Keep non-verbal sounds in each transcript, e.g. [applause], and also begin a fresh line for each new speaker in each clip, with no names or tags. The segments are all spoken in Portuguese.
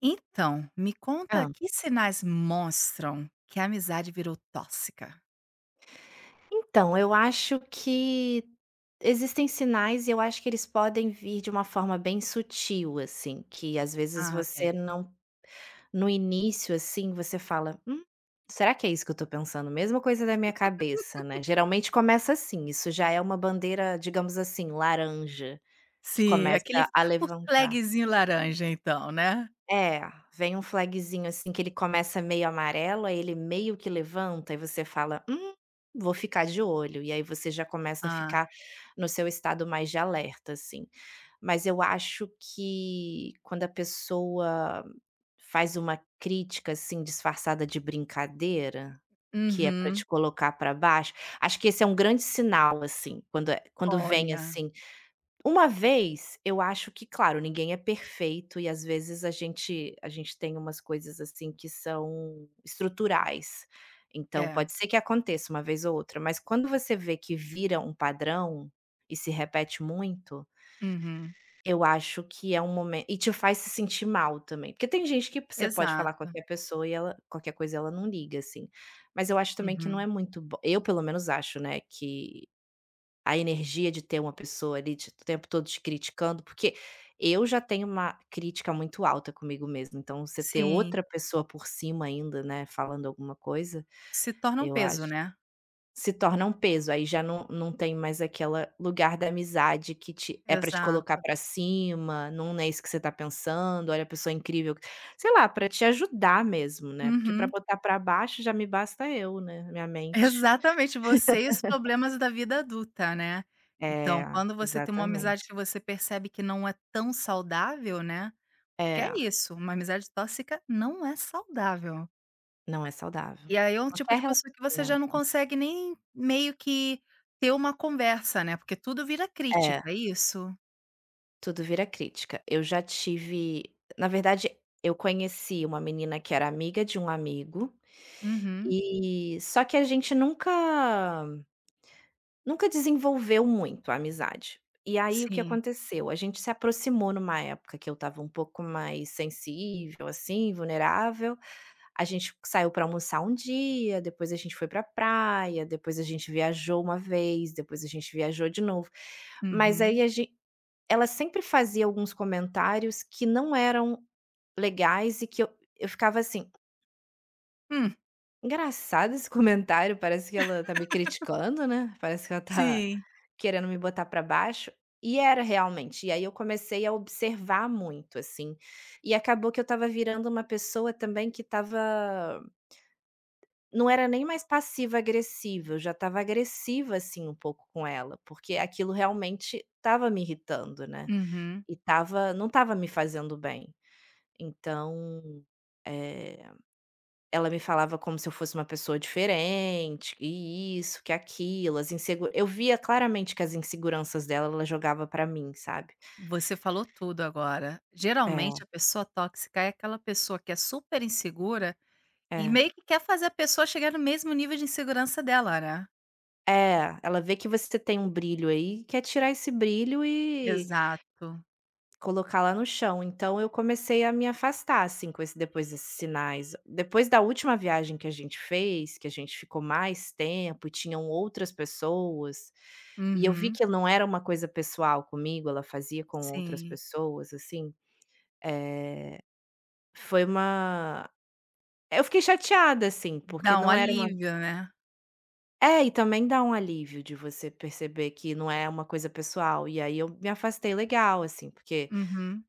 Então, me conta
Hã.
que sinais mostram que a amizade virou tóxica?
Então, eu acho que existem sinais e eu acho que eles podem vir de uma forma bem sutil, assim, que às vezes
Ah,
você
ok.
não no início, assim, você fala: será que é isso que eu estou pensando? Mesma coisa da minha cabeça, né?". Geralmente começa assim, isso já é uma bandeira, digamos assim, laranja, que
Sim,
começa
aquele
a
o
levantar.
flagzinho laranja então, né?
É, vem um flagzinho, assim, que ele começa meio amarelo, aí ele meio que levanta e você fala: vou ficar de olho", e aí você já começa a ficar
Ah.
no seu estado mais de alerta, assim. Mas eu acho que quando a pessoa faz uma crítica, assim, disfarçada de brincadeira, que é para
Uhum.
te colocar para baixo, acho que esse é um grande sinal, assim, quando vem,
Olha,
assim uma vez, eu acho que, claro, ninguém é perfeito e às vezes a gente tem umas coisas, assim, que são estruturais. Então
é.
pode ser que aconteça uma vez ou outra, mas quando você vê que vira um padrão e se repete muito,
Uhum.
eu acho que é um momento e te faz se sentir mal também, porque tem gente que você pode falar com
Exato.
qualquer pessoa e ela qualquer coisa ela não liga, assim. Mas eu acho também que não
Uhum.
é muito bo eu pelo menos acho, né, que a energia de ter uma pessoa ali te o tempo todo te criticando, porque eu já tenho uma crítica muito alta comigo mesma, então você ter
Sim,
outra pessoa por cima ainda, né, falando alguma coisa,
se torna um
eu
peso,
acho
né?
se torna um peso, aí já não tem mais aquele lugar da amizade que te é pra te colocar
Exato.
pra cima, não é isso que você tá pensando, olha a pessoa é incrível, sei lá, pra te ajudar mesmo, né, porque pra
Uhum.
botar pra baixo já me basta eu, né, minha mente.
Exatamente, você e os problemas da vida adulta, né. Então,
É,
quando você tem uma amizade que
exatamente.
você percebe que não é tão saudável, né, porque é
É.
isso, uma amizade tóxica não é saudável.
Não é saudável.
E aí é um tipo
Qualquer
de pessoa que você já não
relacionamento.
consegue nem meio que ter uma conversa, né, porque tudo vira
É,
crítica, é isso?
tudo vira crítica. Eu já tive na verdade, eu conheci uma menina que era amiga de um amigo,
Uhum,
e só que a gente nunca desenvolveu muito a amizade. E aí o que
sim.
aconteceu? A gente se aproximou numa época que eu estava um pouco mais sensível, assim, vulnerável. A gente saiu para almoçar um dia, depois a gente foi para praia, depois a gente viajou uma vez, depois a gente viajou de novo. Mas aí
Uhum.
a gente ela sempre fazia alguns comentários que não eram legais e que eu ficava assim:
Hum,
"Engraçado esse [laughs] comentário, parece que ela tá me criticando, né, parece que ela tá
sim.
querendo me botar para baixo". E era realmente, e aí eu comecei a observar muito, assim, e acabou que eu estava virando uma pessoa também que estava não era nem mais passiva-agressiva, eu já estava agressiva, assim, um pouco com ela, porque aquilo realmente estava me irritando, né,
Uhum.
e estava não estava me fazendo bem. Então, eh, ela me falava como se eu fosse uma pessoa diferente, e isso, que aquilo, as insegu eu via claramente que as inseguranças dela, ela jogava pra mim, sabe.
Você falou tudo agora. Geralmente
É,
a pessoa tóxica é aquela pessoa que é super insegura e
é.
meio que quer fazer a pessoa chegar no mesmo nível de insegurança dela, né.
É, ela vê que você tem um brilho aí, quer tirar esse brilho e
Exato.
colocar lá no chão, então eu comecei a me afastar, assim, com esse depois desses sinais. Depois da última viagem que a gente fez, que a gente ficou mais tempo e tinham outras pessoas, e eu vi
Uhum.
que não era uma coisa pessoal comigo, ela fazia com outras
Sim.
pessoas, assim, eh, foi uma eu fiquei chateada, assim, porque
Dá um
não era uma.
alívio, né.
É, e também dá um alívio de você perceber que não é uma coisa pessoal, e aí eu me afastei legal, assim, porque
Uhum.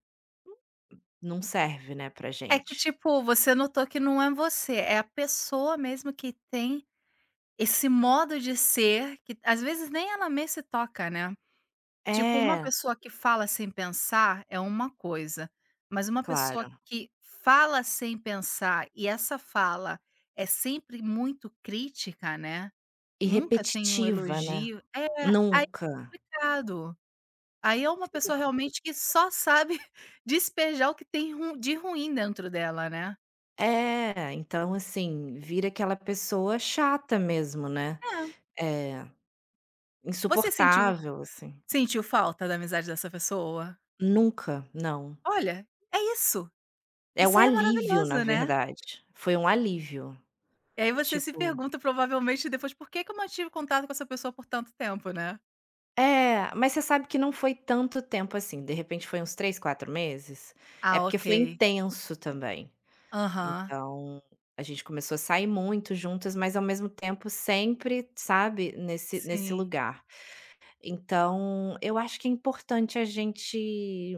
não serve, né, pra
É que,
gente.
tipo, você notou que não é você, é a pessoa mesmo que tem esse modo de ser que às vezes nem ela mesma se toca, né. Tipo, uma
É.
pessoa que fala sem pensar é uma coisa, mas uma pessoa
Claro.
que fala sem pensar e essa fala é sempre muito crítica, né.
E
Nunca tem um
repetitiva, né.
elogio. É, aí é
Nunca.
complicado. Aí é uma
Fica
pessoa
co
realmente que só sabe [laughs] despejar o que tem ru de ruim dentro dela, né.
é, então assim, vira aquela pessoa chata mesmo, né.
É,
É,
você sentiu
insuportável, assim.
sentiu falta da amizade dessa pessoa?
Nunca, não.
Olha, é isso.
É um
Isso aí é
alívio, na
maravilhoso, né.
verdade. Foi um alívio.
E aí você se
Tipo,
pergunta provavelmente depois: "Por que que eu mantive contato com essa pessoa por tanto tempo, né?".
é, mas você sabe que não foi tanto tempo assim, de repente foi uns 3, 4 meses. É
Ah,
porque
ok.
foi intenso também.
Aham.
Então, a gente começou a sair muito juntas, mas ao mesmo tempo sempre, sabe, nesse
Sim.
lugar. Então, eu acho que é importante a gente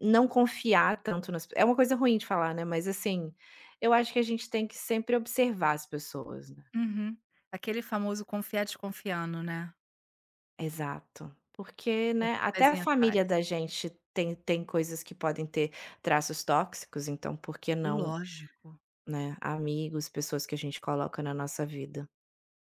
não confiar tanto nas é uma coisa ruim de falar, né, mas assim, eu acho que a gente tem que sempre observar as pessoas, né.
Uhum. Aquele famoso confiar desconfiando, né.
Exato. Porque, né,
Sempre um
até a
pezinho atrás.
família da gente tem coisas que podem ter traços tóxicos, então por que não,
Lógico.
né, amigos, pessoas que a gente coloca na nossa vida.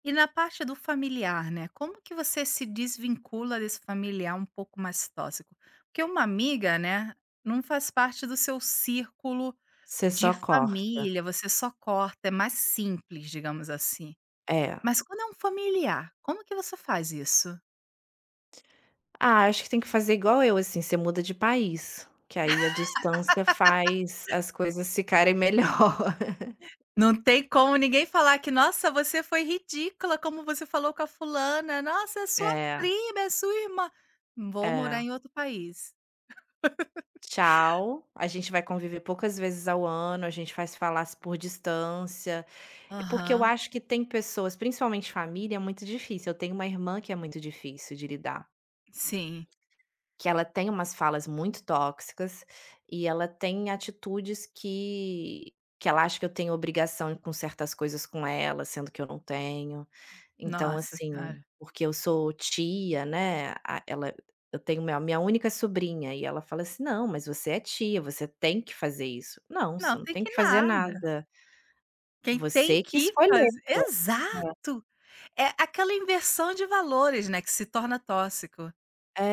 E na parte do familiar, né, como que você se desvincula desse familiar um pouco mais tóxico? Porque uma amiga, né, não faz parte do seu círculo
Você
de
só corta.
família, você só corta, é mais simples, digamos assim.
É.
Mas quando é um familiar, como que você faz isso?
Ah, acho que tem que fazer igual eu, assim, você muda de país, que aí a distância faz as coisas ficarem [laughs] melhor.
Não tem como ninguém falar que: "Nossa, você foi ridícula, como você falou com a fulana. Nossa, é sua
É,
prima, é sua irmã". Vou morar
é.
em outro país.
Tchau, a gente vai conviver poucas vezes ao ano, a gente faz falas por distância. É porque eu
Aham.
acho que tem pessoas, principalmente família, é muito difícil. Eu tenho uma irmã que é muito difícil de lidar.
Sim.
Que ela tem umas falas muito tóxicas e ela tem atitudes que ela acha que eu tenho obrigação com certas coisas com ela, sendo que eu não tenho. Então,
Nossa senhora.
assim, porque eu sou tia, né, a ela eu tenho minha única sobrinha e ela fala assim: "Não, mas você é tia, você tem que fazer isso". "Não,
Não,
você não
tem
tem
que
que fazer
nada.
nada,
Quem tem
você que
que
escolheu".
faz exato. É aquela inversão de valores, né, que se torna tóxico.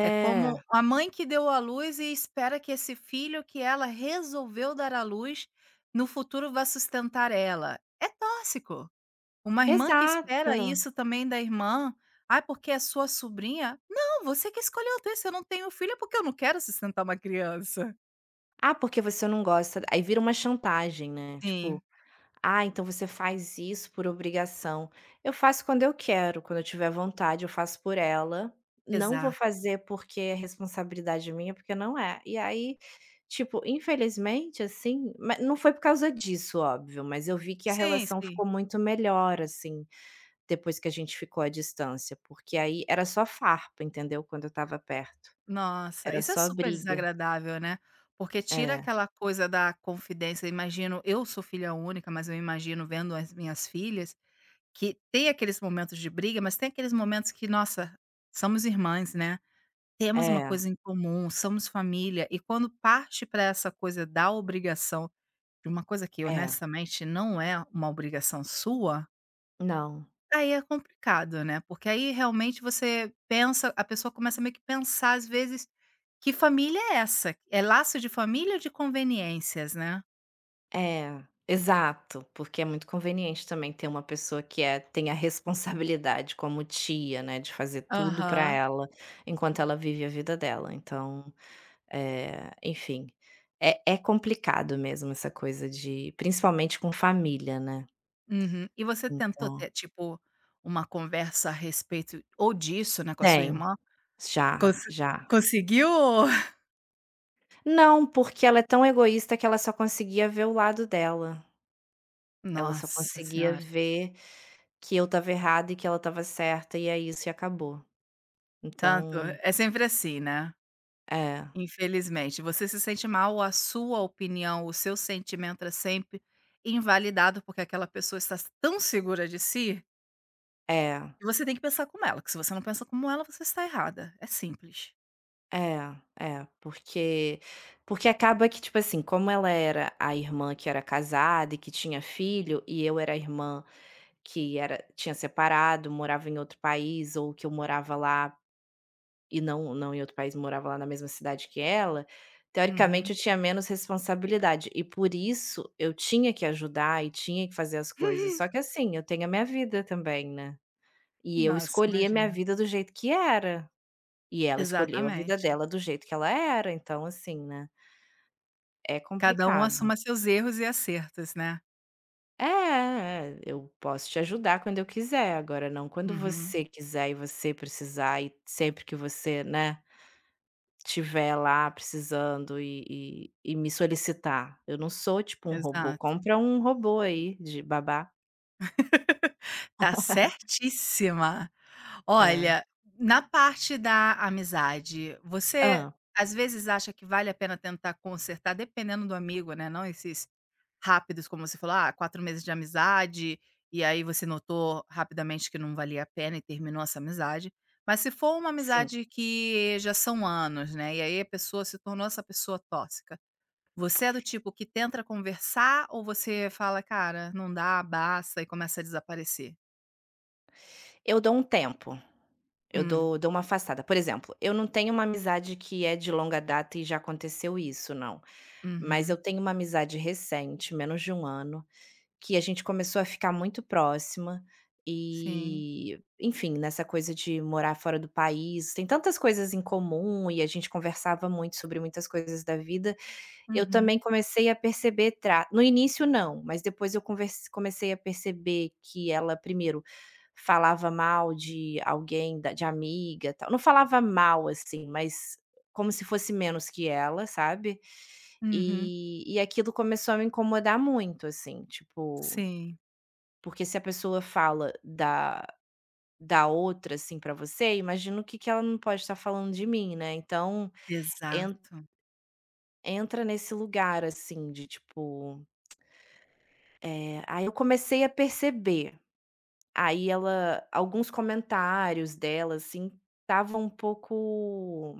É como
É,
a mãe que deu à luz e espera que esse filho que ela resolveu dar à luz, no futuro vá sustentar ela. É tóxico. Uma irmã que espera
exato.
isso também da irmã: Ah, porque é sua sobrinha". Não, você que escolheu ter, se eu não tenho filho é porque eu não quero sustentar uma criança.
"Ah, porque você não gosta". Aí vira uma chantagem, né, tipo:
Sim,
"Ah, então você faz isso por obrigação". Eu faço quando eu quero, quando eu tiver vontade, eu faço por ela. Não vou
exato.
fazer porque é responsabilidade minha, porque não é. E aí, tipo, infelizmente, assim, não foi por causa disso, óbvio, mas eu vi que a
Sim,
relação
sim.
ficou muito melhor, assim, depois que a gente ficou à distância, porque aí era só farpa, entendeu? Quando eu tava perto.
Nossa,
Era
isso é
só
super
briga.
desagradável, né, porque tira
É,
aquela coisa da confidência, imagino eu sou filha única, mas eu imagino vendo as minhas filhas, que tem aqueles momentos de briga, mas tem aqueles momentos que, nossa, somos irmãs, né, temos uma
é,
coisa em comum, somos família, e quando parte para essa coisa da obrigação, de uma coisa que
é.
honestamente não é uma obrigação sua.
Não.
Aí é complicado, né, porque aí realmente você pensa a pessoa começa meio que pensar às vezes, que família é essa? É laço de família ou de conveniências, né?
É, exato, porque é muito conveniente também ter uma pessoa que é tem a responsabilidade como tia, né, de fazer tudo para
Aham.
ela, enquanto ela vive a vida dela, então, enfim, é complicado mesmo essa coisa de principalmente com família, né,
Uhum. E você tentou
então
ter, tipo, uma conversa a respeito ou disso, né, com a sua
tem,
irmã?
já,
Conse
já.
conseguiu? [laughs]
Não, porque ela é tão egoísta que ela só conseguia ver o lado dela, ela só
Nossa
conseguia
senhora,
ver que eu estava errada e que ela estava certa, e é isso e acabou.
tanto
Então
é sempre assim, né?
É,
Infelizmente, você se sente mal, a sua opinião, o seu sentimento é sempre invalidado, porque aquela pessoa está tão segura de si,
é,
que você tem que pensar como ela, que se você não pensa como ela, você está errada, é simples.
é, é, porque acaba que, tipo assim, como ela era a irmã que era casada e que tinha filho, e eu era a irmã que era tinha separado, morava em outro país, ou que eu morava lá e não em outro país, morava lá na mesma cidade que ela, teoricamente
Uhum.
eu tinha menos responsabilidade, e por isso eu tinha que ajudar e tinha que fazer as coisas. Só que
[laughs]
assim, eu tenho a minha vida também, né. E eu
Nossa,
escolhi a minha
imagina.
vida do jeito que era. E ela escolheu a vida
Exatamente.
dela do jeito que ela era, então assim, né, é
Cada um
complicado.
assuma seus erros e acertos, né.
É, é, é, eu posso te ajudar quando eu quiser, agora não quando
Uhum,
você quiser e você precisar e sempre que você, né, tiver lá precisando e me solicitar. Eu não sou tipo um robô,
exato.
compra um robô aí de babá.
[laughs] Tá certíssima.
É.
Olha, na parte da amizade, você
Hã.
às vezes acha que vale a pena tentar consertar, dependendo do amigo, né, não esses rápidos, como você falou: "Ah, 4 meses de amizade", e aí você notou rapidamente que não valia a pena e terminou essa amizade. Mas se for uma
Sim,
amizade que já são anos, né, e aí a pessoa se tornou essa pessoa tóxica, você é do tipo que tenta conversar ou você fala: "Cara, não dá, basta", e começa a desaparecer?
eu dou um tempo, eu
Hum,
dou uma afastada. Por exemplo, eu não tenho uma amizade que é de longa data e já aconteceu isso, não. Mas
uhum,
eu tenho uma amizade recente, menos de um ano, que a gente começou a ficar muito próxima
sim.
e, enfim, nessa coisa de morar fora do país, tem tantas coisas em comum e a gente conversava muito sobre muitas coisas da vida. Eu também
Uhum,
comecei a perceber tra no início não, mas depois eu convers comecei a perceber que ela primeiro falava mal de alguém da de amiga, tal, não falava mal, assim, mas como se fosse menos que ela, sabe.
uhum,
E aquilo começou a me incomodar muito, assim, tipo,
sim,
porque se a pessoa fala da outra, assim, pra você, imagino o que que ela não pode estar falando de mim, né. Então en
exato.
entra nesse lugar, assim, de tipo. É, aí eu comecei a perceber, aí ela alguns comentários dela, assim, estavam um pouco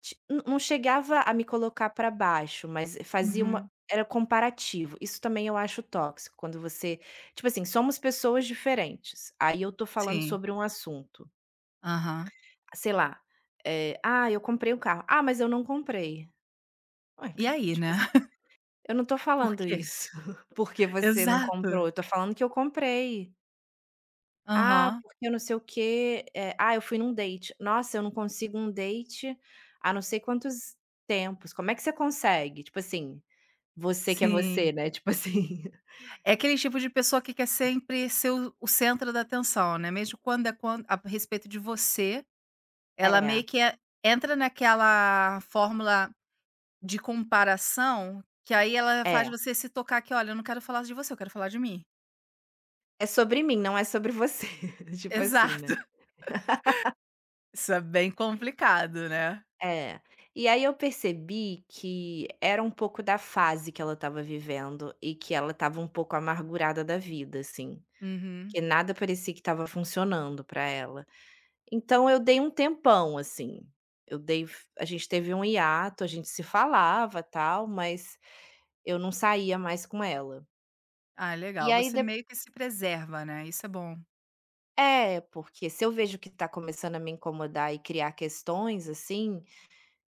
ti não chegava a me colocar para baixo, mas fazia uma
Uhum,
era comparativo, isso também eu acho tóxico, quando você tipo assim, somos pessoas diferentes, aí eu tô falando
sim,
sobre um assunto,
aham.
sei lá, "Ah, eu comprei o carro", "Ah, mas eu não comprei". Ué,
E aí,
tipo
né?
assim,
[laughs]
eu não tô
Por
falando
quê?
isso, [laughs] porque você não
Exato.
comprou, eu tô falando que eu comprei. Ah,
Aham,
porque eu não sei o quê, ah, eu fui num date. Nossa, eu não consigo um date há não sei quantos tempos. Como é que você consegue? Tipo assim, você que é você,
sim.
né, tipo assim.
É aquele tipo de pessoa que quer sempre ser o centro da atenção, né, mesmo quando é quan a respeito de você,
[laughs]
ela
É,
meio que é- entra naquela fórmula de comparação, que aí ela faz
é.
você se tocar que: "Olha, eu não quero falar de você, eu quero falar de mim".
É sobre mim, não é sobre você, [laughs] tipo assim,
Exato.
né.
[laughs] Isso é bem complicado, né.
É. E aí eu percebi que era um pouco da fase que ela estava vivendo e que ela estava um pouco amargurada da vida, assim,
Uhum.
que nada parecia que estava funcionando para ela. Então eu dei um tempão, assim, eu dei a gente teve um hiato, a gente se falava, tal, mas eu não saía mais com ela.
Ah,
E
legal.
aí
Você
dep
meio que se preserva, né, isso é bom.
é, porque se eu vejo que tá começando a me incomodar e criar questões, assim,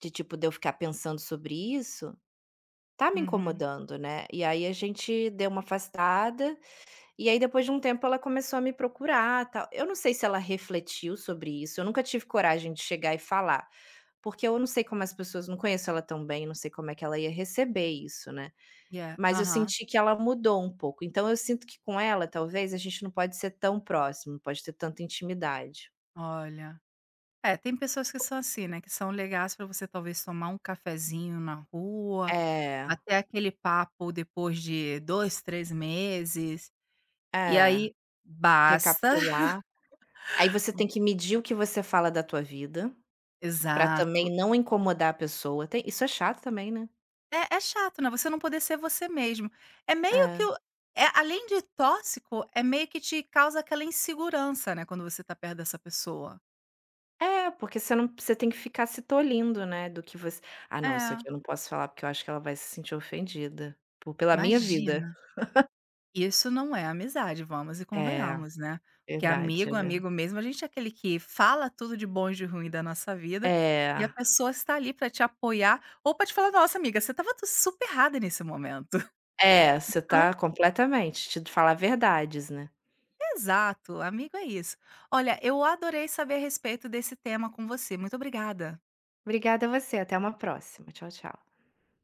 de eu ficar pensando sobre isso, tá me
Uhum.
incomodando, né. E aí a gente deu uma afastada, e aí depois de um tempo ela começou a me procurar, tal. Eu não sei se ela refletiu sobre isso, eu nunca tive coragem de chegar e falar. Porque eu não sei como as pessoas não conheço ela tão bem, não sei como é que ela ia receber isso, né.
E é.
Mas eu
Aham.
senti que ela mudou um pouco, então eu sinto que com ela, talvez, a gente não pode ser tão próximo, não pode ter tanta intimidade.
Olha. É, tem pessoas que são assim, né, que são legais para você talvez tomar um cafezinho na rua,
É,
até aquele papo depois de 2 3 meses, e
é,
aí basta. [laughs]
recapitular. Aí você tem que medir o que você fala da tua vida, pra
Exato.
também não incomodar a pessoa, tem isso é chato também, né.
É é chato, né, você não poder ser você mesmo. É meio
É.
que o é além de tóxico, é meio que te causa aquela insegurança, né, quando você tá perto dessa pessoa.
É, porque você tem que ficar se tolindo, né, do que você "Ah não, isso
É,
aqui eu não posso falar, porque eu acho que ela vai se sentir ofendida, por pela minha vida".
imagina. Isso não é amizade, vamos e
É.
convenhamos, né. Que
Verdade,
amigo, amigo mesmo, a gente é aquele que fala tudo de bom e de ruim da nossa vida, e a
é,
pessoa está ali para te apoiar ou para te falar: "Nossa amiga, você estava super errada nesse momento".
é, você tá
[laughs]
completamente, te falar verdades, né.
Exato, amigo é isso. Olha, eu adorei saber a respeito desse tema com você. Muito obrigada.
Obrigada a você, até uma próxima, tchau, tchau.